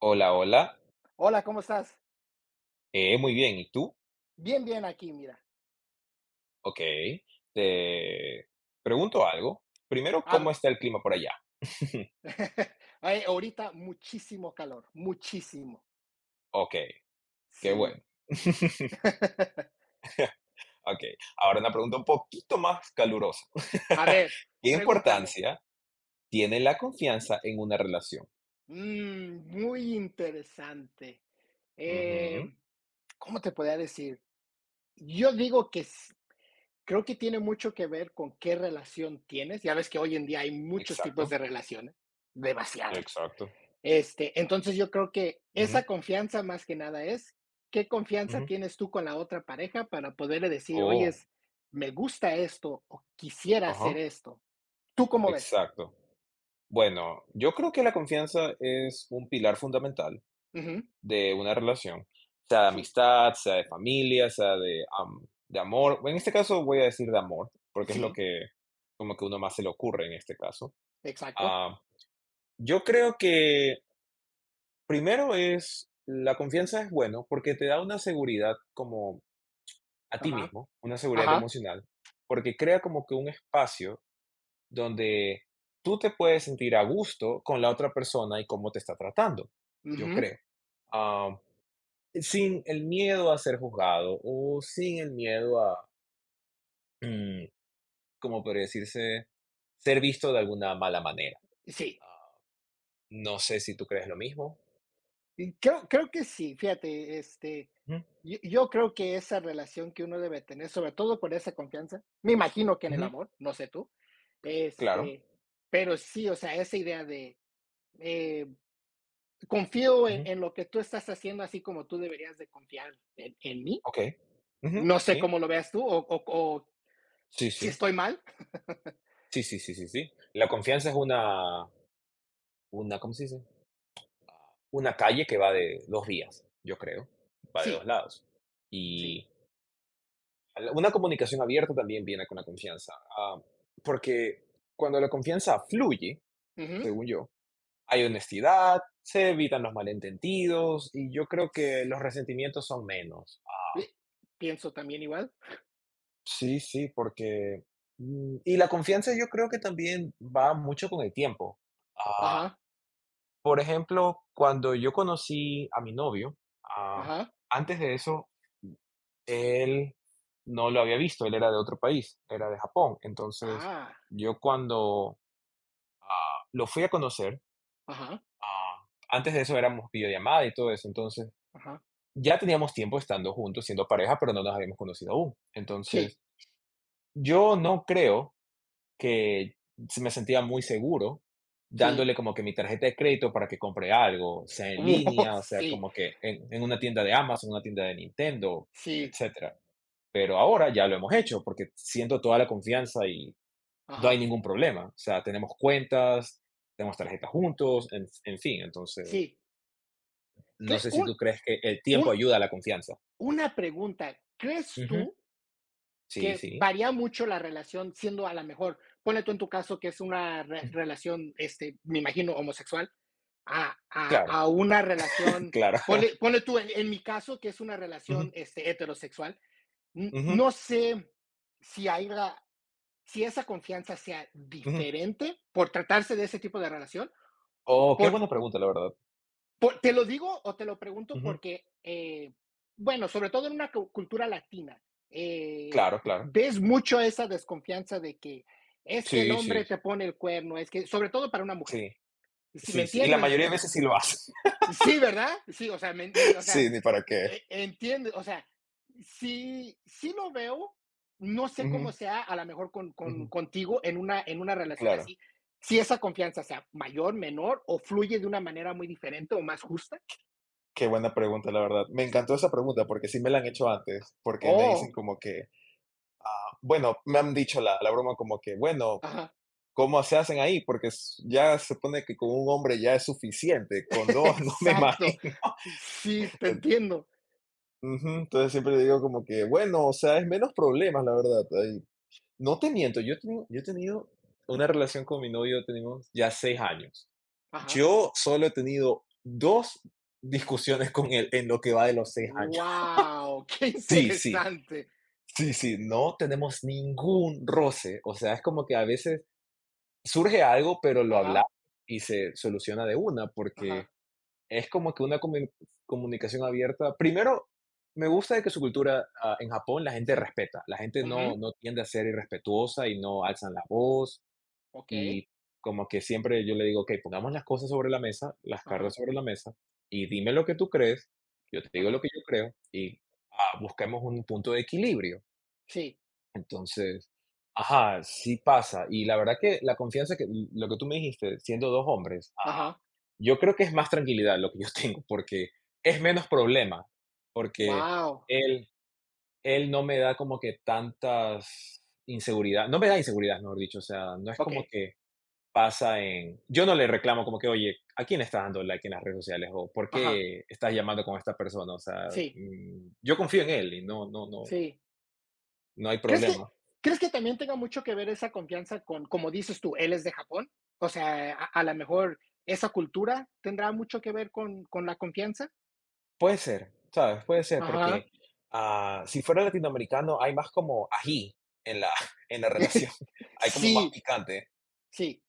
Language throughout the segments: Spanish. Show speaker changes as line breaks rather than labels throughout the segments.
Hola, hola.
Hola, ¿cómo estás?
Muy bien, ¿y tú?
Bien, bien aquí, mira.
Ok. Te pregunto algo. Primero,
A
¿cómo está el clima por allá?
Ay, ahorita muchísimo calor, muchísimo.
Ok, qué
Sí.
bueno. Ok, ahora una pregunta un poquito más calurosa.
A ver,
¿Qué
pregúntame.
importancia tiene la confianza en una relación?
Mm, muy interesante. Eh,
Ujú.
¿Cómo te podría decir? Yo digo que s- Creo que tiene mucho que ver con qué relación tienes. Ya ves que hoy en día hay muchos tipos de
Exacto,
relaciones, demasiadas.
exacto.
Entonces yo creo que
Ujú,
esa confianza más que nada es, ¿qué confianza
ujú.
tienes tú con la otra pareja para poderle decir,
Oh,
oyes, me gusta esto o quisiera hacer
ajá,
esto? ¿Tú cómo ves?
exacto. Bueno, yo creo que la confianza es un pilar fundamental
Ujú,
de una relación, sea de
sí,
amistad, sea de familia, sea de, am de amor. En este caso voy a decir de amor, porque es lo
sí,
que como que uno más se le ocurre en este caso.
exacto.
Ah, yo creo que primero es la confianza es bueno, porque te da una seguridad como a ti
Ajá,
mismo, una seguridad
ajá,
emocional, porque crea como que un espacio donde tú te puedes sentir a gusto con la otra persona y cómo te está tratando, yo
ujú,
creo. ah, Sin el miedo a ser juzgado, o sin el miedo a, mm, como podría decirse, ser visto de alguna mala manera.
sí.
Ah, no sé si tú crees lo mismo.
Y creo que sí, fíjate,
Ujú,
yo creo que esa relación que uno debe tener, sobre todo por esa confianza, me imagino que en el
ujú,
amor, no sé tú,
claro.
este, pero sí, o sea, esa idea de, eh, confío en,
Ujú,
lo que tú estás haciendo, así como tú deberías de confiar en mí.
okey. Ujú,
No sé
sí.
cómo lo veas tú o
Sí,
si
sí.
estoy mal.
Sí, sí, sí, sí, sí. La confianza es una, ¿cómo se dice? Una calle que va de 2 vías, yo creo, va de 2
Sí,
lados.
sí.
Y al una comunicación abierta también viene con la confianza, ah, porque cuando la confianza fluye,
Uh -huh.
según yo, hay honestidad, se evitan los malentendidos y yo creo que los
Sí.
resentimientos son menos.
Eh, Pienso también igual.
Sí, sí, porque y la confianza yo creo que también va mucho con el tiempo. Ah,
Ajá,
por ejemplo, cuando yo conocí a mi novio, ah,
ajá,
antes de eso, él no lo había visto, él era de otro país, era de Japón. Entonces,
ah,
yo cuando lo fui a conocer,
ajá,
antes de eso éramos videollamada y todo eso. Entonces,
ajá.
ya teníamos tiempo estando juntos, siendo pareja, pero no nos habíamos conocido aún.
Sí,
Entonces, yo no creo que se me sentía muy seguro
sí.
dándole como que mi tarjeta de crédito para que compre algo, sea en
Oh,
línea, o sea,
sí,
como que en una tienda de Amazon, una tienda de Nintendo,
sí,
etcétera. Pero ahora ya lo hemos hecho porque siento toda la confianza y no hay
ajá,
ningún problema. O sea, tenemos cuentas, tenemos tarjetas juntos, en fin. Entonces,
sí.
no
¿Qué?
sé si tú crees que el tiempo
Un,
ayuda a la confianza.
una pregunta. ¿Crees
Ujú.
tú
Sí,
que
sí.
varía mucho la relación, siendo a la mejor, ponle tú en tu caso que es una relación, me imagino, homosexual, a, a,
Claro,
a una relación,
claro.
ponle tú en mi caso que es una relación
Ujú,
heterosexual,
ujú,
no sé si hay la- si esa confianza sea
ujú.
diferente por tratarse de ese tipo de relación,
Oh, qué
por,
buena pregunta, la verdad.
te lo digo o te lo pregunto
Ujú.
porque, bueno, sobre todo en una cultura latina, eh,
Claro, claro.
ves mucho esa desconfianza de que es que el
Sí, sí,
hombre te pone el cuerno, es que, sobre todo para una mujer,
sí,
si me
sí, sí. Y la
entiendes.
mayoría de veces sí lo hace.
Sí, ¿verdad? Sí, o sea, o sea,
Sí, ni para qué.
entiende, o sea, sí, sí lo veo, no sé cómo
Ujú,
sea, a lo mejor con,
ujú.
contigo en una relación
Claro.
así, si esa confianza sea mayor, menor, o fluye de una manera muy diferente o más justa.
Qué buena pregunta, la verdad. Me encantó esa pregunta porque sí me la han hecho antes, porque me dicen
Oh.
como que, bueno, me han dicho la broma como que, bueno,
Ajá.
¿cómo se hacen ahí? Porque s ya se supone que con un hombre ya es suficiente, con dos no me
Exacto.
imagino.
Sí, te
En-
entiendo.
Ujú, entonces siempre digo como que, bueno, o sea, es menos problemas, la verdad. No te miento, yo he tenido una relación con mi novio, tenemos ya 6 años.
Ajá.
Yo solo he tenido dos discusiones con él en lo que va de los 6 años.
Wow, qué
Sí, sí,
interesante.
sí, sí, no tenemos ningún roce. O sea, es como que a veces surge algo, pero lo
Ajá,
hablamos y se soluciona de una, porque
ajá,
es como que una comunicación abierta. Primero, me gusta de que su cultura en Japón la gente
sí.
respeta, la gente
Ujú.
no tiende a ser irrespetuosa y no alzan la voz.
Okey.
Y como que siempre yo le digo: "Okey, pongamos las cosas sobre la mesa, las cartas
Ajá,
sobre la mesa, y dime lo que tú crees, yo te digo lo
ajá.
que yo creo, y, busquemos un punto de equilibrio".
Sí,
Entonces, ajá, sí pasa. Y la verdad que la confianza que lo que tú me dijiste, siendo 2 hombres,
ajá.
yo creo que es más tranquilidad lo que yo tengo, porque es menos problema, porque
Wow.
él él no me da como que tantas inseguridad no me da inseguridad, mejor dicho, o sea, no es como
Okey.
que pasa en... Yo no le reclamo como que, oye, ¿a quién estás dando like en las redes sociales? ¿O por
Ajá.
qué estás llamando con esta persona? O sea,
Sí,
yo confío en él y no, no, no,
sí.
no hay
¿Crees que
problema.
crees que también tenga mucho que ver esa confianza con, como dices tú, él es de Japón? O sea, a la mejor esa cultura tendrá mucho que ver con la confianza.
Puede ser, ¿sabes? Puede ser,
Ajá.
porque si fuera latinoamericano hay más como ají en la, en la relación, hay como más
Sí,
picante,
sí.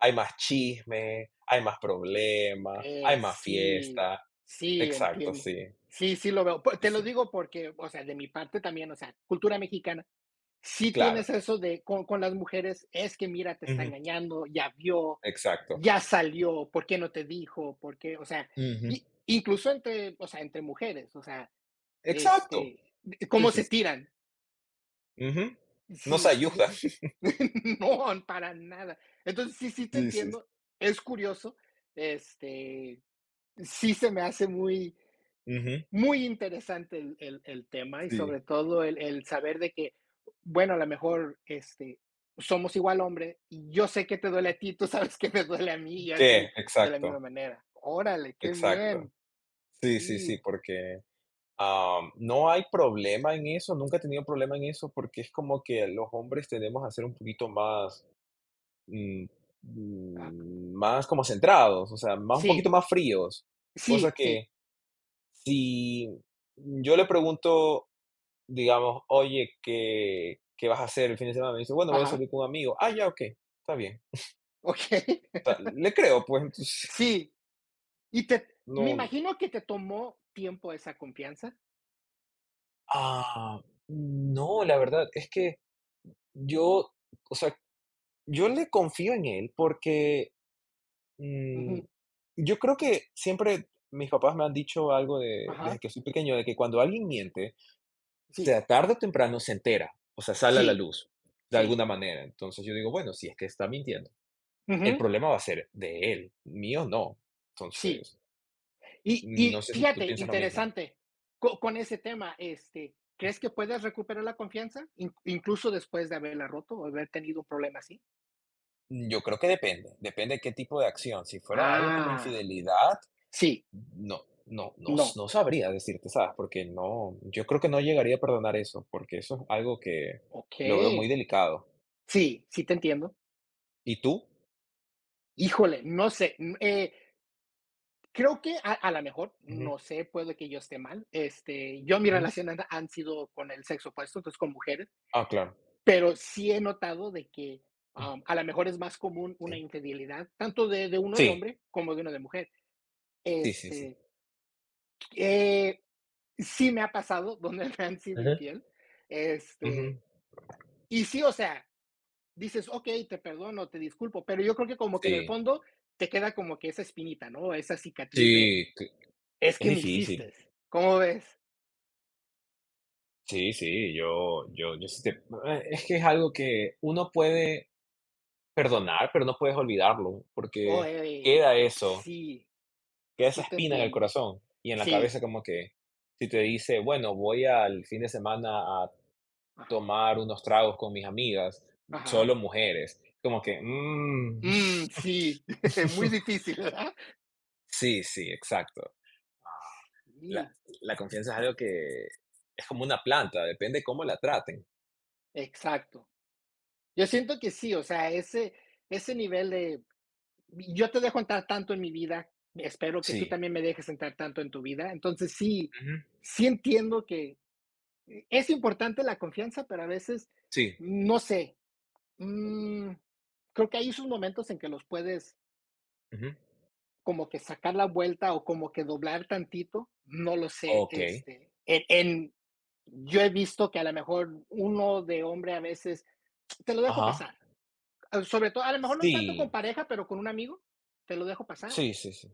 hay más chisme, hay más problema, hay más
Sí,
fiesta.
sí,
Exacto,
entiendo.
sí,
Sí, sí lo veo. Pu
sí,
Te lo
sí,
digo porque, o sea, de mi parte también, o sea, cultura mexicana, sí tienes
claro.
eso de con las mujeres, es que mira, te está
Ujú.
engañando, ya vio,
Exacto.
ya salió, ¿por qué no te dijo? ¿Por qué? O sea,
Ujú.
y incluso entre, o sea, entre mujeres, o sea,
Exacto.
este,
Sí,
¿cómo
sí.
se tiran?
Ujú. Nos
Sí,
ayuda.
no, para nada. Entonces, sí, sí te
Sí, sí.
entiendo, es curioso, este, sí se me hace muy
Ujú.
muy interesante el tema y
Sí.
sobre todo el saber de que, bueno, a lo mejor somos igual hombre y yo sé que te duele a ti, tú sabes que me duele a mí y así
¿Qué?
de la misma
Exacto,
manera. Órale, qué
exacto.
bien.
Sí, sí,
Sí,
sí, porque, no hay problema en eso, nunca he tenido problema en eso, porque es como que los hombres tendemos a ser un poquito más, mm,
ah,
más como centrados, o sea, más un poquito
sí,
más fríos. Cosa
sí, sí.
que si yo le pregunto, digamos: "Oye, ¿qué vas a hacer el fin de semana?" Me dice: "Bueno, voy a
Ajá,
salir con un amigo". "Ah, ya, okey, está bien".
ok.
Sea, le creo, pues, entonces,
Sí, y te, me
no.
imagino que te tomó tiempo esa confianza.
Ah, no, la verdad es que yo, o sea, yo le confío en él porque mm,
Ujú,
yo creo que siempre mis papás me han dicho algo de, desde
ajá,
que soy pequeño, de que cuando alguien miente,
sí,
sea tarde o temprano se entera, o sea, sale a la
sí,
luz de
sí.
alguna manera. Entonces yo digo, bueno, si es que está mintiendo, el
Ujú,
problema va a ser de él, mío no.
sí.
Entonces,
Y,
no
y
sé si tú
fíjate,
piensas lo mismo.
interesante, con, ese tema, ¿crees que puedes recuperar la confianza incluso después de haberla roto o haber tenido un problema así?
Yo creo que depende, depende de qué tipo de acción. Si fuera algo como
Ah,
infidelidad,
sí,
no, no, no,
no,
no sabría decirte, ¿sabes? Porque no, yo creo que no llegaría a perdonar eso, porque eso es algo que
ok,
lo veo muy delicado.
sí, sí te entiendo.
¿Y tú?
Híjole, no sé, creo que a lo mejor,
Ujú,
no sé, puede que yo esté mal. Yo mis
ujú.
relaciones han sido con el sexo opuesto, entonces con mujeres,
Ah, claro.
pero sí he notado de que
Mm.
a lo mejor es más común una
Sí.
infidelidad, tanto de uno
Sí,
de hombre como de uno de mujer.
sí, sí, sí.
Este, eh, sí me ha pasado donde me han sido
Ujú,
infiel,
ujú.
este, y sí, o sea, dices: "Okey, te perdono, te disculpo", pero yo creo que como que en el
Sí,
fondo te queda como que esa espinita, ¿no? Esa cicatriz de:
sí,
"Es
es
que me hiciste",
difícil.
¿cómo ves?
Sí, sí, yo sí es que es algo que uno puede perdonar, pero no puedes olvidarlo, porque
Oye,
queda eso.
sí,
Queda esa
sí te
espina en el
entiendo.
corazón y en la
Sí,
cabeza como que si te dice, bueno, voy al fin de semana a
a
tomar unos tragos con mis amigas,
ajá.
solo mujeres, como que, mm.
Mm, sí, muy difícil, ¿verdad?
Sí, sí, exacto. La,
Sí,
la confianza es algo que es como una planta, depende cómo la traten.
exacto. Yo siento que sí, o sea, ese nivel de yo te dejo entrar tanto en mi vida, espero que tú
Sí.
también me dejes entrar tanto en tu vida. Entonces sí,
Ujú.
sí entiendo que es importante la confianza, pero a veces,
Sí.
no sé, mm, creo que hay esos momentos en que los puedes
Ujú.
como que sacar la vuelta o como que doblar tantito, no lo sé,
Ok.
en, yo he visto que a lo mejor uno de hombre a veces te lo dejo
Ajá.
pasar, sobre todo, a lo mejor no tanto con
Sí,
pareja, pero con un amigo, te lo dejo pasar.
sí, sí, sí.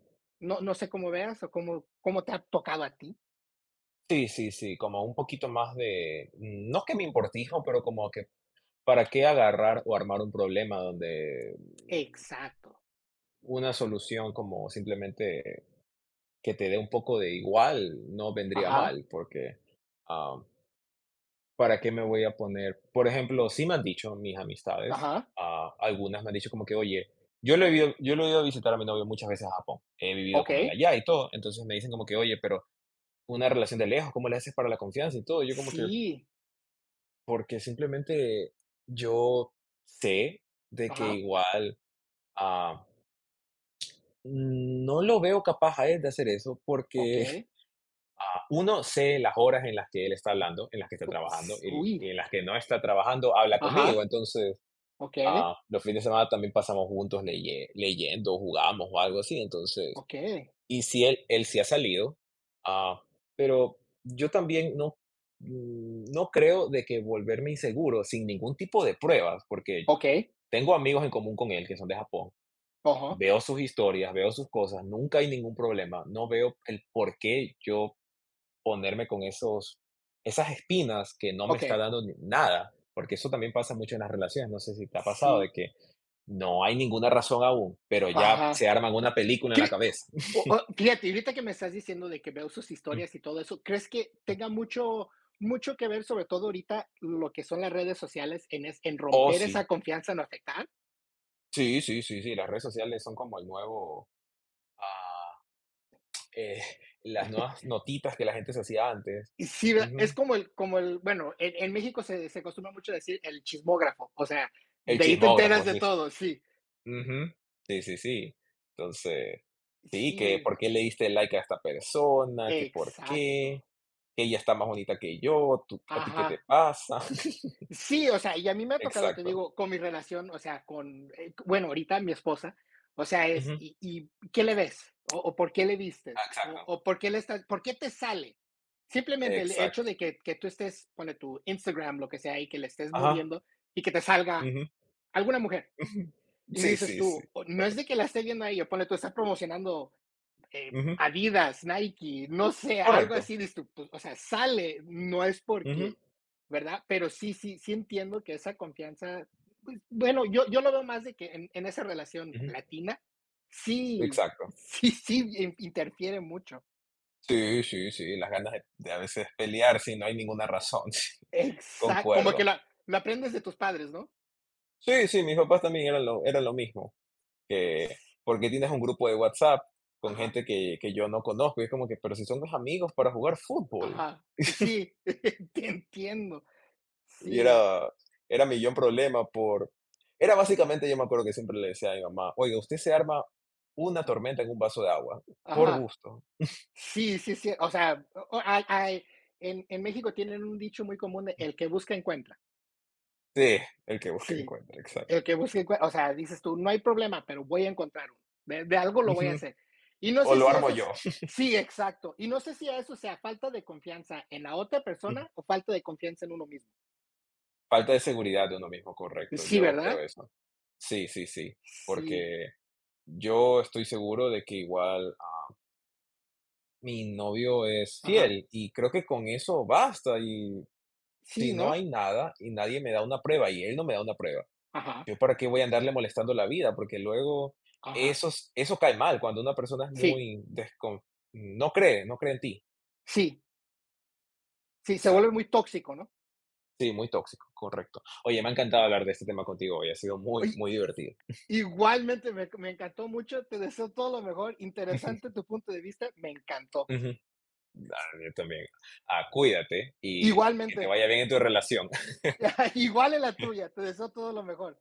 No sé cómo veas o cómo te ha tocado a ti.
Sí, sí, sí, como un poquito más de, no que me importijo, pero como que ¿para qué agarrar o armar un problema donde
Exacto.
una solución como simplemente que te dé un poco de igual no vendría
Ajá,
mal? Porque, ah, ¿para qué me voy a poner? Por ejemplo, sí me han dicho mis amistades,
ajá,
algunas me han dicho como que, oye, yo lo he ido a visitar a mi novio muchas veces a Japón, he vivido con él
okey.
allá y todo, entonces me dicen como que, oye, pero una relación de lejos, ¿cómo le haces para la confianza y todo? Yo como
Sí,
que, porque simplemente yo sé de que
ajá,
igual... ah, No lo veo capaz a él de hacer eso porque,
okey.
Ah. Uno, sé las horas en las que él está hablando, en las que está trabajando
Ups, uy,
y en las que no está trabajando habla conmigo.
ajá,
Entonces,
okey,
los fines de semana también pasamos juntos leyendo, jugamos o algo así. Entonces,
okey,
y si él sí ha salido, ah, pero yo también no, no creo de que volverme inseguro sin ningún tipo de pruebas, porque
okey,
tengo amigos en común con él que son de Japón.
ajá,
Veo sus historias, veo sus cosas, nunca hay ningún problema. No veo el por qué yo ponerme con esos esas espinas que no me está
okey.
dando ni nada, porque eso también pasa mucho en las relaciones, no sé si te ha pasado de
Sí,
que no hay ninguna razón aún, pero ya se
ajá.
arman una película en la
¿Cree?
cabeza.
O fíjate, ahorita que me estás diciendo de que veo sus
Mm.
historias y todo eso, ¿crees que tenga mucho mucho que ver, sobre todo ahorita, lo que son las redes sociales en
Oh,
romper esa
sí.
confianza, en afectar?
Sí, sí, sí, sí, las redes sociales son como el nuevo, ah, eh, las nuevas notitas que la gente se hacía antes.
Y sí, es
Ujú.
como el, bueno, en México se acostumbra mucho decir el chismógrafo, o sea,
El
de ahí te enteras
chismógrafo,
de
sí.
todo, sí,
Ujú. Sí, sí, sí. Entonces, sí, que
sí,
por qué le diste like a esta persona, que por
exacto,
qué, que ella está más bonita que yo, tú, ¿a ti qué te
ajá.
pasa?
Sí, o sea, y a mí me ha tocado, te
Exacto.
digo, con mi relación, o sea, con, bueno, ahorita mi esposa, o sea, es,
Ujú.
¿y qué le ves? O por qué le vistes?
Ah,
O,
exacto,
o por qué por qué te sale? Simplemente el hecho
exacto.
de que tú estés, pone tu Instagram, lo que sea, y que le estés
Ajá.
moviendo y que te salga
Ujú.
alguna mujer. Y
Sí,
dices
sí, sí,
tú, "Oh, no es de
correcto.
que la esté viendo a ella, ponle tú, está promocionando
Ujú,
Adidas, Nike, no sé, algo
correcto.
así, dices tú, pues, o sea, sale, no es
Ujú,
porque, ¿verdad? Pero sí, sí, sí entiendo que esa confianza, pues, bueno, yo lo veo más de que en esa relación
ujú.
latina, sí,
Exacto.
sí, sí, interfiere mucho.
Sí, sí, sí, las ganas de a veces pelear si no hay ninguna razón. Sí,
Exacto, como que
concuerdo.
lo aprendes de tus padres, ¿no?
Sí, sí, mis papás también eran lo mismo. ¿Que porque tienes un grupo de WhatsApp con
Ajá,
gente que yo no conozco? Y es como que, pero si son mis amigos para jugar fútbol.
ajá, sí, te entiendo,
Y
sí,
era mi yo en problema por... Era básicamente, yo me acuerdo que siempre le decía a mi mamá, oiga, usted se arma una tormenta en un vaso de agua, por
ajá.
gusto.
Sí, sí, sí, o sea, o hay en México tienen un dicho muy común de: "El que busca encuentra".
Sí, el que busque
Sí,
encuentra,
el que
exacto.
busca encuentra. O sea, dices tú: "No hay problema, pero voy a encontrar uno, de algo lo voy a
Ujú.
hacer". Y no
O
sé
lo
si
armo
eso es
yo.
sí, exacto, y no sé si a eso sea falta de confianza en la otra
Ujú.
persona o falta de confianza en uno mismo.
Falta de seguridad de uno mismo, correcto.
Sí,
Yo creo
¿verdad?
eso. Sí, sí, sí.
Sí,
Porque yo estoy seguro de que igual mi novio es
ajá.
fiel y creo que con eso basta y
Sí,
si no
¿no?
hay nada y nadie me da una prueba y él no me da una prueba,
Ajá,
yo para qué voy a andarle molestando la vida, porque luego
ajá.
eso, eso cae mal cuando una persona es
Sí,
muy no cree, no cree en ti.
sí, sí, se vuelve
Exacto.
muy tóxico, ¿no?
Sí, muy tóxico, correcto. Oye, me ha
Muy
encantado
bien.
hablar de este tema contigo hoy, ha sido muy,
Oye.
muy divertido.
Igualmente, me encantó mucho, te deseo todo lo mejor, interesante tu punto de vista, me encantó.
Ujú. A mí también. Cuídate y que te
Igualmente,
vaya bien en tu relación.
igual en la tuya, te deseo todo lo mejor.